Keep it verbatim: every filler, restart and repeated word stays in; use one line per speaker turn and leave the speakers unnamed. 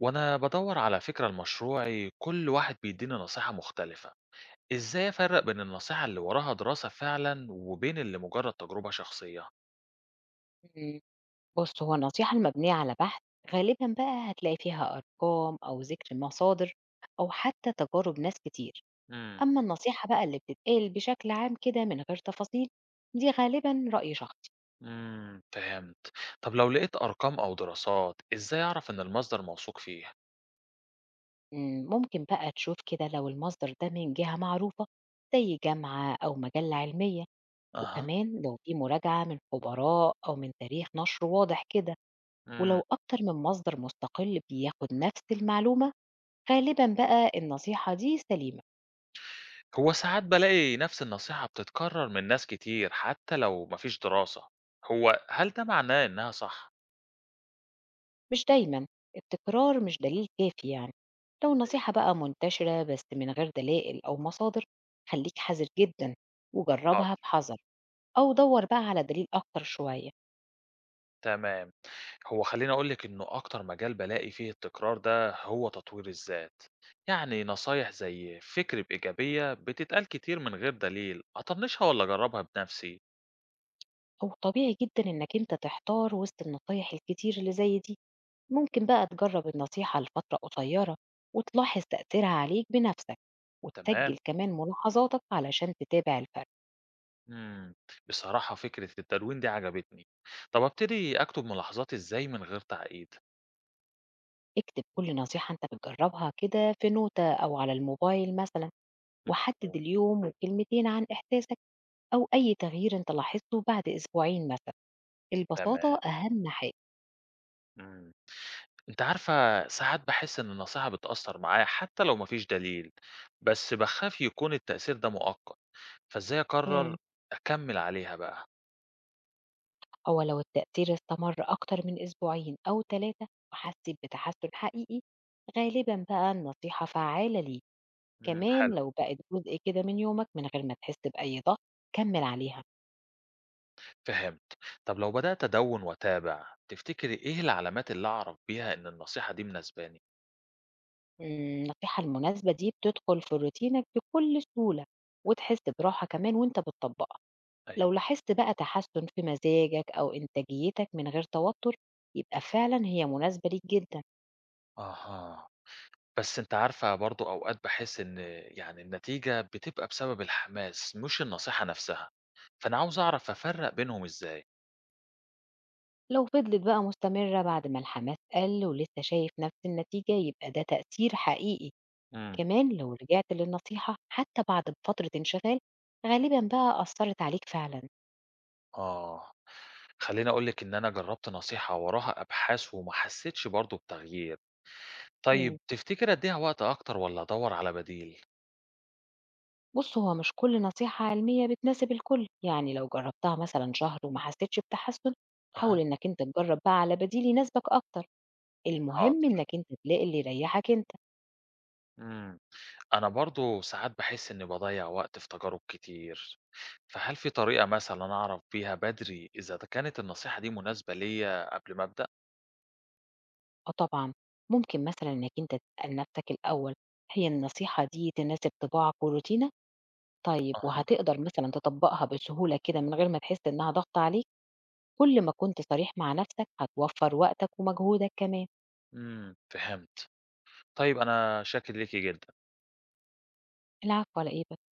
وأنا بدور على فكرة لمشروعي كل واحد بيديني نصيحة مختلفة إزاي أفرق بين النصيحة اللي وراها دراسة فعلا وبين اللي مجرد تجربة شخصية.
إمم. بُص، هو النصيحة المبنية على بحث غالبًا بقى هتلاقي فيها أرقام أو ذِكر مصادر أو حتى تجارب ناس كتير.
امم
أمّا النصيحة بقى اللي بتتقال بشكل عام كده من غير تفاصيل، دي غالبًا رأي شخصي.
امم فهمت طب لو لقيت أرقام أو دراسات إزاي أعرف إن المصدر موثوق فيه؟
إمم، ممكن بقى تشوف كده لو المصدر ده من جهة معروفة زي جامعة أو مجلة علمية،
أها.
وكمان لو في مراجعة من خبراء أو من تاريخ نشر واضح كده، ولو
امم.
أكتر من مصدر مستقل بياخد نفس المعلومة، غالبًا بقى النصيحة دي سليمة.
هو ساعات بلاقي نفس النصيحة بتتكرر من ناس كتير حتى لو مفيش دراسة، هو هل ده معناه إنها صح؟
مش دايمًا، التكرار مش دليل كافي يعني. لو
أيوه.
النصيحة بقى منتشرة بس من غير دلائل أو مصادر خلّيك حذر جدًا،
حاضر.
وجرّبها بحذر أو دَوّر بقى على دليل أكتر شوية.
تمام. هو خلّيني أقول لِك إنه أكتر مجال بالاقي فيه التكرار ده هو تطوير الذات. يعني نصايح زي فكر بإيجابية بتتقال كتير من غير دليل، أطنّشها والّا أجرّبها بنفسي؟
هو طبيعي جدًا إنك أنت تحتار وسط النصايح الكتير اللي زي دي، ممكن بقى تجرّب النصيحة لفترة قصيرة وتلاحظ تأثيرها عليك بنفسك،
تمام،
وتسجّل كمان ملاحظاتك علشان تتابع الفرق.
إمم. بصراحة فكرة التدوين دي عجبتني. طب أبتدي أكتب ملاحظاتي إزاي من غير تعقيد؟
اكتب كل نصيحة أنت بتجرّبها كده في نوتة أو على الموبايل مثلًا. وحدد
مفهوم.
اليوم وكلمتين عن إحساسك أو أي تغيير أنت لاحظته بعد أسبوعين مثلا.
تمام،
البساطة أهم حاجة.
إمم. أنت عارفة ساعات باحس إن النصيحة بتأثّر معايا حتى لو ما فيش دليل، بس باخاف يكون التأثير ده مؤقت، فإزاي
مم.
أقرر أكمّل عليها بقى؟
هو لو التأثير استمر أكتر من أسبوعين أو ثلاثة وحسيت بتحسن حقيقي، غالبا بقى النصيحة فعالة ليك.
إمم،
كمان
حلو.
لو بقت جزء كده من يومك من غير ما تحس بأي ضغط، كمل عليها.
فهمت. طب لو بدأت أدوّن وأتابع، تفتكري إيه العلامات اللي أعرف بيها إن النصيحة دي مناسباني؟
مم، النصيحة المناسبة دي بتدخل في روتينك بكل سهولة وتحس براحة كمان وانت بتطبقها. لو
أيوه.
لاحظت بقى تحسن في مزاجك أو إنتاجيتك من غير توتر، يبقى فعلا هي مناسبة ليك جدا.
أها. بس أنت عارفة برضه أوقات باحس إن يعني النتيجة بتبقى بسبب الحماس مش النصيحة نفسها، فأنا عاوز أعرف أفرّق بينهم إزاي؟
لو فضلت بقى مستمرة بعد ما الحماس قل ولسه شايف نفس النتيجة، يبقى ده تأثير حقيقي.
إمم.
كمان لو رجعت للنصيحة حتى بعد فترة انشغال، غالبا بقى أثرت عليك فعلا.
آه. خلّيني أقول لِك إن أنا جرّبت نصيحة وراها أبحاث وما حسّيتش برضه بتغيير. طيب
مم.
تفتكري أدّيها وقت أكتر والّا أدوّر على بديل؟
بص، هو مش كل نصيحة علمية بتناسب الكل، يعني لو جربتها مثلا شهر وما حسيتش بتحسن حاول
أها،
إنك أنت تجرب بقى على بديل يناسبك أكتر. المهم
حاضر.
إنك أنت تلاقي اللي يريحك أنت.
إمم. أنا برضه ساعات باحس إنّي باضيّع وقت في تجارب كتير، فهل في طريقة مثلًا أعرف بيها بدري إذا د كانت النصيحة دي مناسبة ليّا قبل ما أبدأ؟
آه طبعًا، ممكن مثلًا إنك أنت تسأل نفسك الأول، هي النصيحة دي تناسب طباعك وروتينك؟ طيب
أها.
وهتقدر مثلًا تطبّقها بسهولة كده من غير ما تحس إنها ضغط عليك؟ كل ما كنت صريح مع نفسك، هتوفّر وقتك ومجهودك كمان.
إمم، فهمت. طيب أنا شاكر ليكِ جدًا.
العفو، على إيه بس.